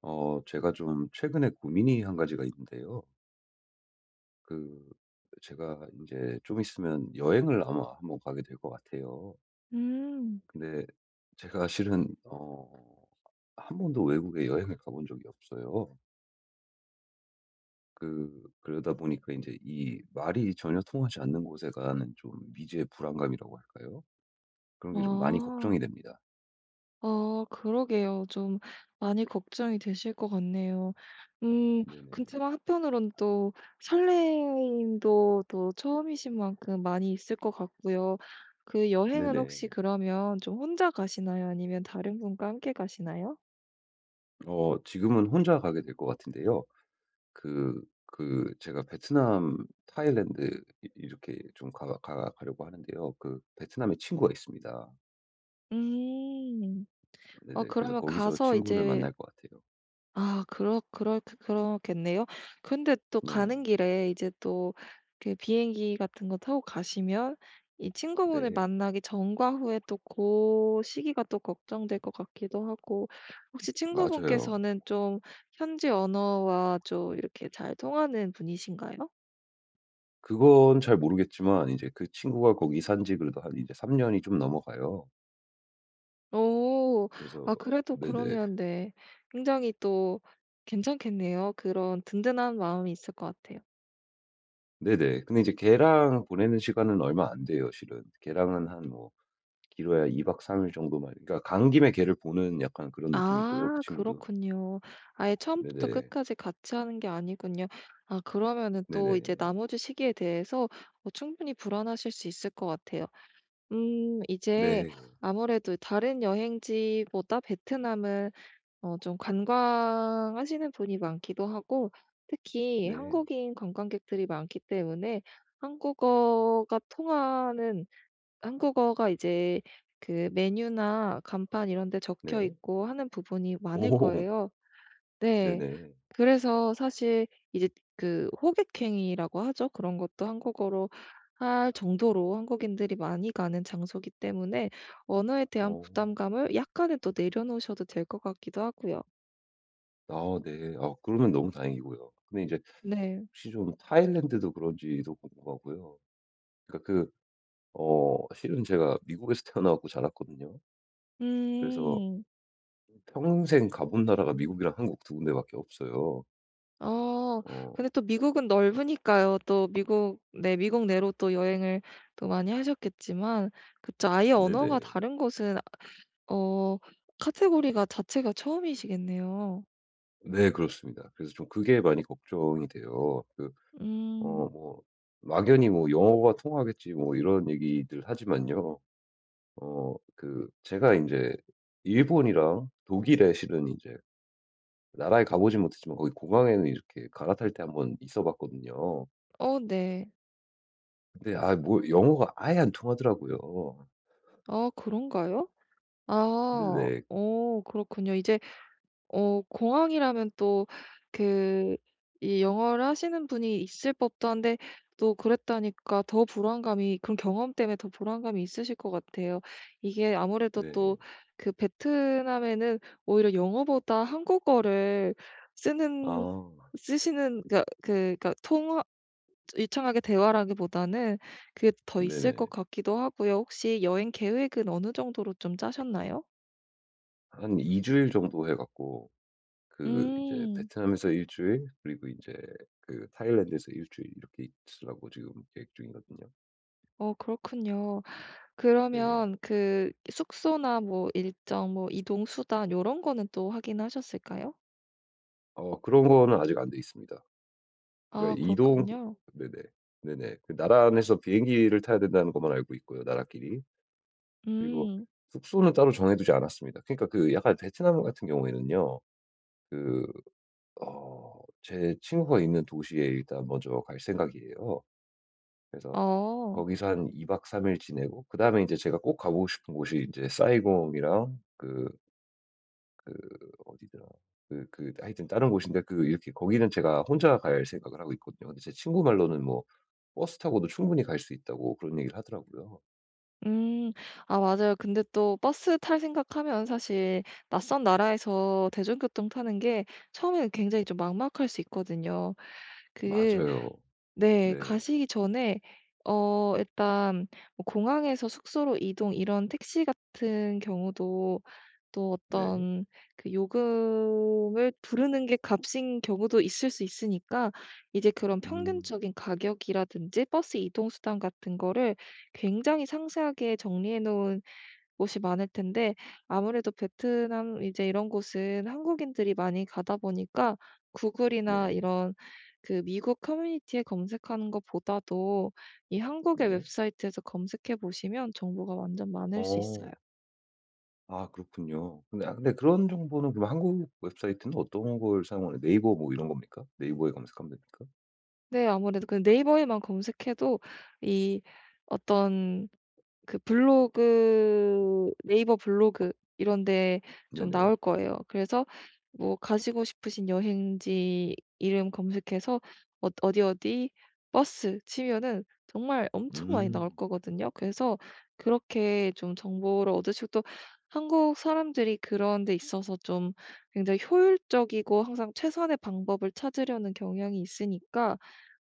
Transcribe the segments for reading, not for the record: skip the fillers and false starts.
제가 좀 최근에 고민이 한 가지가 있는데요. 그, 제가 이제 좀 있으면 여행을 아마 한번 가게 될 것 같아요. 음. 근데 제가 실은, 한 번도 외국에 여행을 가본 적이 없어요. 그, 그러다 보니까 이제 이 말이 전혀 통하지 않는 곳에 가는 좀 미지의 불안감이라고 할까요? 그런 게 좀 많이 아. 걱정이 됩니다. 아 그러게요. 좀 많이 걱정이 되실 것 같네요. 음 네네. 그렇지만 한편으론 또 설레임도 또 처음이신 만큼 많이 있을 것 같고요. 그 여행은 네네. 혹시 그러면 좀 혼자 가시나요? 아니면 다른 분과 함께 가시나요? 지금은 혼자 가게 될 것 같은데요. 제가 베트남, 타일랜드 이렇게 좀 가려고 하는데요. 그, 베트남에 친구가 있습니다. 음. 어 네네. 그래서 그러면 거기서 가서 친구를 이제 만날 것 같아요. 그렇겠네요. 근데 또 네네. 가는 길에 이제 또 그 비행기 같은 거 타고 가시면 이 친구분을 네, 만나기 전과 후에 또 그 시기가 또 걱정될 것 같기도 하고, 혹시 맞아요. 친구분께서는 좀 현지 언어와 좀 이렇게 잘 통하는 분이신가요? 그건 잘 모르겠지만, 이제 그 친구가 거기 산지 그래도 한 이제 3년이 좀 넘어가요. 오, 그래서, 아 그래도 네네. 그러면, 네, 굉장히 또 괜찮겠네요. 그런 든든한 마음이 있을 것 같아요. 네네. 근데 이제 걔랑 보내는 시간은 얼마 안 돼요, 실은. 걔랑은 한 뭐, 길어야 2박 3일 정도만. 그러니까 간 김에 걔를 보는 약간 그런 느낌이고요, 그 아 친구도. 그렇군요. 아예 처음부터 네네. 끝까지 같이 하는 게 아니군요. 아 그러면은 또 이제 네네. 나머지 시기에 대해서 어 충분히 불안하실 수 있을 것 같아요. 이제 네. 아무래도 다른 여행지보다 베트남은 어 좀 관광하시는 분이 많기도 하고, 특히 네. 한국인 관광객들이 많기 때문에 한국어가 통하는 한국어가 이제 그 메뉴나 간판 이런 데 적혀 네. 있고 하는 부분이 많을 오. 거예요. 네. 네네. 그래서 사실 이제 그 호객행위라고 하죠. 그런 것도 한국어로 할 정도로 한국인들이 많이 가는 장소이기 때문에 언어에 대한 어. 부담감을 약간은 또 내려놓으셔도 될 것 같기도 하고요. 아 네. 아 그러면 너무 다행이고요. 근데 이제 네. 혹시 좀 타일랜드도 그런지도 궁금하고요. 그러니까 그 실은 제가 미국에서 태어나 갖고 자랐거든요. 그래서 음. 평생 가본 나라가 미국이랑 한국 두 군데밖에 없어요. 어. 근데 어 또 미국은 넓으니까요. 또 미국, 네, 미국 내로 또 여행을 또 많이 하셨겠지만, 그쵸, 아예 언어가 네네. 다른 곳은 어 카테고리가 자체가 처음이시겠네요. 네 그렇습니다. 그래서 좀 그게 많이 걱정이 돼요. 그 음. 뭐 막연히 뭐 "영어가 통하겠지." 뭐 이런 얘기들 하지만요. 그 제가 이제 일본이랑 독일에 실은 이제 나라에 가 보진 못했지만 거기 공항에는 이렇게 갈아탈 때 한번 있어 봤거든요. 어 네. 근데 아 뭐 영어가 아예 안 통하더라고요. 아 그런가요? 아. 네네. 어 그렇군요. 이제 어 공항이라면 또 그 이 영어를 하시는 분이 있을 법도 한데 또 그랬다니까 더 불안감이, 그런 경험 때문에 더 불안감이 있으실 것 같아요. 이게 아무래도 네. 또 그 베트남에는 오히려 영어보다 한국어를 쓰는 아 쓰시는 그니까 통화 유창하게 대화라기보다는 그게 더 있을 것 네네. 같기도 하고요. 혹시 여행 계획은 어느 정도로 좀 짜셨나요? 한 2주일 주일 정도 해 갖고 그 이제 음. 베트남에서 1주일 그리고 이제 그 타일랜드에서 1주일 이렇게 있으려고 지금 계획 중이거든요. 어 그렇군요. 네. 그러면 그 숙소나 뭐 일정 뭐 이동 수단 요런 거는 또 확인하셨을까요? 그런 거는 아직 안 돼 있습니다. 아 그러니까 이동 그렇군요. 네네. 네네. 그 나라 안에서 비행기를 타야 된다는 것만 알고 있고요, 나라끼리. 그리고 음. 숙소는 따로 정해 두지 않았습니다. 그러니까 그 약간 베트남 같은 경우에는요. 그 어 제 친구가 있는 도시에 일단 먼저 갈 생각이에요. 그래서 어. 거기서 한 2박 3일 지내고 그다음에 이제 제가 꼭 가보고 싶은 곳이 이제 사이공이랑 그 그 어디더라? 하여튼 다른 곳인데 그 이렇게 거기는 제가 혼자 갈 생각을 하고 있거든요. 근데 제 친구 말로는 뭐 버스 타고도 충분히 갈 수 있다고 그런 얘기를 하더라고요. 음. 아 맞아요. 근데 또 버스 탈 생각하면 사실 낯선 나라에서 대중교통 타는 게 처음에는 굉장히 좀 막막할 수 있거든요. 그 맞아요. 네. 네. 가시기 전에 어 일단 뭐 공항에서 숙소로 이동 이런 택시 같은 경우도 또 네. 어떤 그 요금을 부르는 게 값인 경우도 있을 수 있으니까, 이제 그런 음. 평균적인 가격이라든지 버스 이동 수단 같은 거를 굉장히 상세하게 정리해 놓은 곳이 많을 텐데, 아무래도 베트남 이제 이런 곳은 한국인들이 많이 가다 보니까 구글이나 네. 이런 그 미국 커뮤니티에 검색하는 것보다도 이 한국의 네. 웹사이트에서 검색해 보시면 정보가 완전 많을 수 있어요. 어. 아 그렇군요. 근데 아 근데 그런 정보는 그럼 한국 웹사이트는 어떤 걸 사용하나요? 네이버 뭐 이런 겁니까? 네이버에 검색하면 됩니까? 네. 아무래도 그 네이버에만 검색해도 이 어떤 그 블로그, 네이버 블로그 이런 데 좀 네네. 나올 거예요. 그래서 뭐 가시고 싶으신 여행지 이름 검색해서 어 어디 어디 버스 치면은 정말 엄청 많이 나올 음. 거거든요. 그래서 그렇게 좀 정보를 얻으시고 또 한국 사람들이 그런 데 있어서 좀 굉장히 효율적이고 항상 최선의 방법을 찾으려는 경향이 있으니까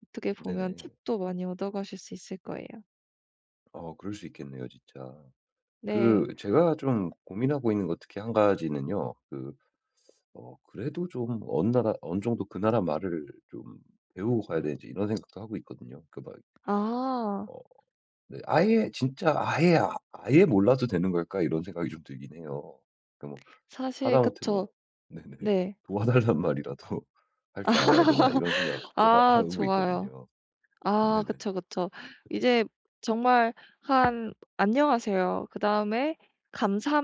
어떻게 보면 네네. 팁도 많이 얻어 가실 수 있을 거예요. 그럴 수 있겠네요 진짜. 네. 그 제가 좀 고민하고 있는 것 특히 한 가지는요. 그 그래도 좀 어느 나라 어느 정도 그 나라 말을 좀 배우고 가야 되는지 이런 생각도 하고 있거든요. 그막아 어 네. 아예 진짜 '아예 몰라도 되는 걸까?' 이런 생각이 좀 들긴 해요. 그러니까 뭐 사실 하다못해 뭐 그쵸. 네네. 네. 도와달란 말이라도 '할 줄 알아야 되나?' 이런 생각도 하 아 하고 좋아요. 있거든요. 아 네네. 그쵸, 그쵸. 이제 정말 한 "안녕하세요." 그다음에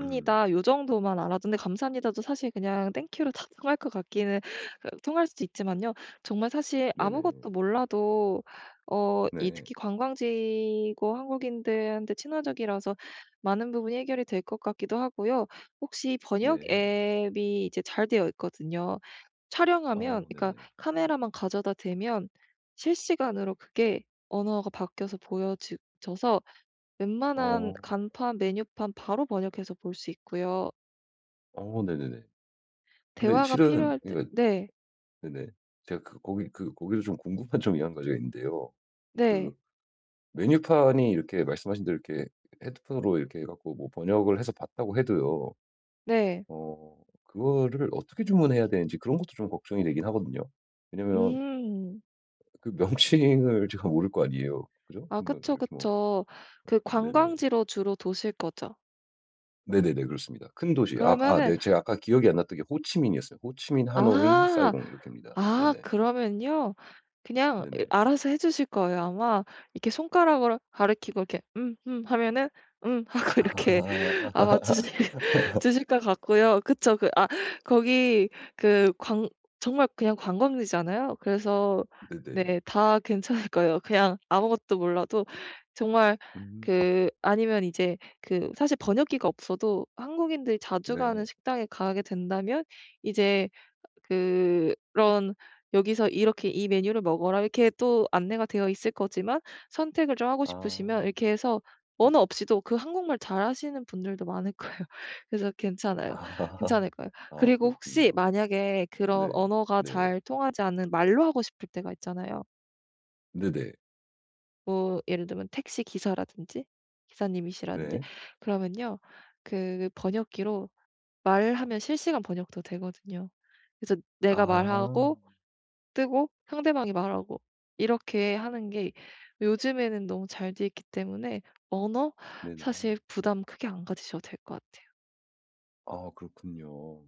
음. 요 정도만 알아도, 근데 감사합니다도 사실 그냥 땡큐로 다 통할 것 같기는, 그 통할 수도 있지만요. 정말 사실 네네. 아무것도 몰라도 어 이 네. 특히 관광지고 한국인들한테 친화적이라서 많은 부분이 해결이 될 것 같기도 하고요. 혹시 번역 네. 앱이 이제 잘 되어 있거든요. 촬영하면, 어 그러니까 네네. 카메라만 가져다 대면 실시간으로 그게 언어가 바뀌어서 보여지 져서 웬만한 어. 간판, 메뉴판 바로 번역해서 볼 수 있고요. 어 네네네. 근데 대화가 실은 필요할 때 그러니까 네. 네네. 제가 그 거기 그 거기서 좀 궁금한 점이 한 가지가 있는데요. 네. 그 메뉴판이 이렇게 말씀하신 대로 이렇게 헤드폰으로 이렇게 해 갖고 뭐 번역을 해서 봤다고 해도요. 네. 어 그거를 어떻게 주문해야 되는지 그런 것도 좀 걱정이 되긴 하거든요. 왜냐면 음. 그 명칭을 제가 모를 거 아니에요. 그죠? 아 뭐 그쵸, 이렇게 뭐 그쵸. 그 네네. 관광지로 주로 도실 거죠. 네네네. 그렇습니다. 큰 도시. 아 아 그러면은, 네 제가 아까 기억이 안 났던 게 호치민이었어요. 호치민, 하노이, 아, 사이공 이렇게입니다. 아 네네. 그러면요, 그냥 네네. 알아서 해 주실 거예요. 아마 이렇게 손가락으로 가리키고 이렇게 하면은 하고 이렇게 아마 주실 아. 주실 것 같고요. 그쵸. 그 아 거기 그 광 정말 그냥 관광지잖아요. 그래서 네네. 네 다 괜찮을 거예요. 그냥 아무것도 몰라도 정말, 음. 그 아니면 이제 그 사실 번역기가 없어도 한국인들이 자주 네. 가는 식당에 가게 된다면 이제 그런 "여기서 이렇게 이 메뉴를 먹어라." 이렇게 또 안내가 되어 있을 거지만, 선택을 좀 하고 아. 싶으시면 이렇게 해서 언어 없이도 그 한국말 잘하시는 분들도 많을 거예요. 그래서 괜찮아요. 아. 괜찮을 거예요. 아 그리고 혹시 그렇군요. 만약에 그런 네. 언어가 네. 잘 통하지 않는 말로 하고 싶을 때가 있잖아요. 네네. 뭐 예를 들면 택시 기사라든지 기사님이시라든지 네. 그러면요, 그 번역기로 말하면 실시간 번역도 되거든요. 그래서 내가 아. 말하고 뜨고 상대방이 말하고 이렇게 하는 게 요즘에는 너무 잘 돼 있기 때문에 언어 네네. 사실 부담 크게 안 가지셔도 될 것 같아요. 아 그렇군요.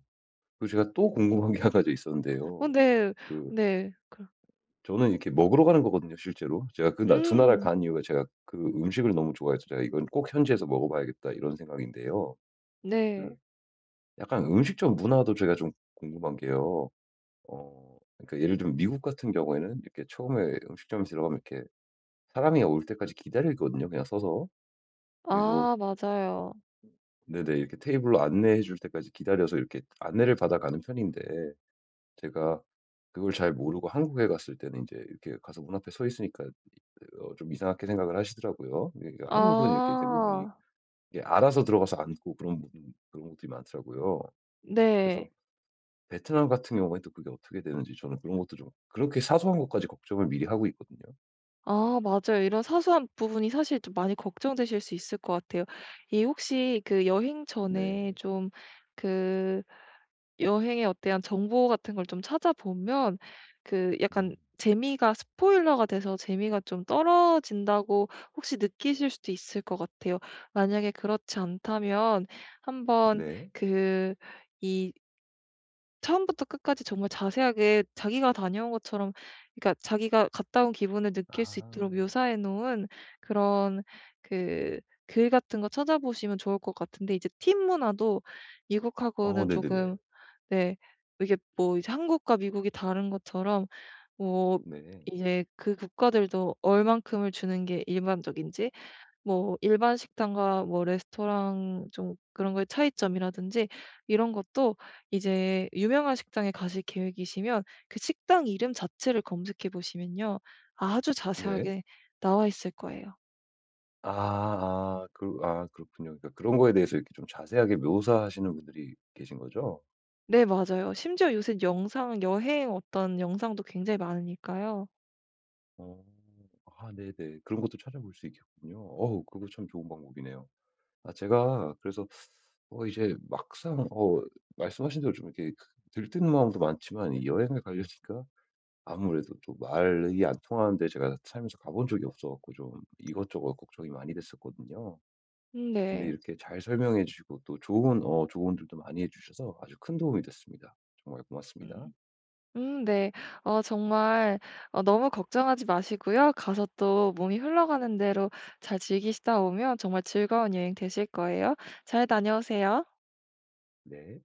그리고 제가 또 궁금한 게하 가지가 어 있었는데요. 네. 그 네. 그 저는 이렇게 먹으러 가는 거거든요 실제로. 제가 그 나 두 나라 음. 간 이유가 제가 그 음식을 너무 좋아해서 제가 '이건 꼭 현지에서 먹어 봐야겠다.' 이런 생각인데요. 그 네. 약간 음식점 문화도 제가 좀 궁금한 게요. 그러니까 예를 들면 미국 같은 경우에는 이렇게 처음에 음식점에 들어가면 이렇게 사람이 올 때까지 기다리거든요 그냥 서서. 그리고 아 맞아요. 네네 이렇게 테이블로 안내해 줄 때까지 기다려서 이렇게 안내를 받아가는 편인데 제가 그걸 잘 모르고 한국에 갔을 때는 이제 이렇게 가서 문 앞에 서 있으니까 좀 이상하게 생각을 하시더라고요. 그러니까 한국은 이렇게 대부분이 아. 이게 알아서 들어가서 앉고 그런 분 그런 것들이 많더라고요. 그래서 네. 베트남 같은 경우에 또 그게 어떻게 되는지 저는 그런 것도 좀 그렇게 사소한 것까지 걱정을 미리 하고 있거든요. 아 맞아요. 이런 사소한 부분이 사실 좀 많이 걱정되실 수 있을 것 같아요. 이 혹시 그 여행 네. 전에 좀그 여행에 어 대한 정보 같은 걸 좀 찾아보면 그 약간 음. 재미가, 스포일러가 돼서 재미가 좀 떨어진다고 혹시 느끼실 수도 있을 것 같아요. 만약에 그렇지 않다면 한번 네. 그 이 처음부터 끝까지 정말 자세하게 자기가 다녀온 것처럼, 그러니까 자기가 갔다 온 기분을 느낄 수 아. 있도록 묘사해 놓은 그런 그 글 같은 거 찾아보시면 좋을 것 같은데, 이제 팀 문화도 어 미국하고는 네네네. 조금, 네, 이게 뭐 이제 한국과 미국이 다른 것처럼 뭐 네. 이제 그 국가들도 얼만큼을 주는 게 일반적인지, 뭐 일반 식당과 뭐 레스토랑 좀 그런 거의 차이점이라든지 이런 것도 이제 유명한 식당에 가실 계획이시면 그 식당 이름 자체를 검색해 보시면요, 아주 네. 자세하게 나와 있을 거예요. 아 아. 아, 그아 그렇군요. 그러니까 그런 거에 대해서 이렇게 좀 자세하게 묘사하시는 분들이 계신 거죠? 네 맞아요. 심지어 요새 영상 여행 어떤 영상도 굉장히 많으니까요. 어. 아 네네. 그런 것도 찾아볼 수 있겠군요. 어우 그거 참 좋은 방법이네요. 아 제가 그래서 이제 막상 말씀하신 대로 좀 이렇게 들뜬 마음도 많지만 이 여행을 가려니까 아무래도 또 말이 안 통하는데 제가 살면서 가본 적이 없어 갖고 좀 이것저것 걱정이 많이 됐었거든요. 근데 네. 이렇게 잘 설명해 주시고 또 좋은 조언들도 많이 해 주셔서 아주 큰 도움이 됐습니다. 정말 음. 고맙습니다. 네. 어 정말 어 너무 걱정하지 마시고요. 가서 또 몸이 흘러가는 대로 잘 즐기시다 오면 정말 즐거운 여행 되실 거예요. 잘 다녀오세요. 네.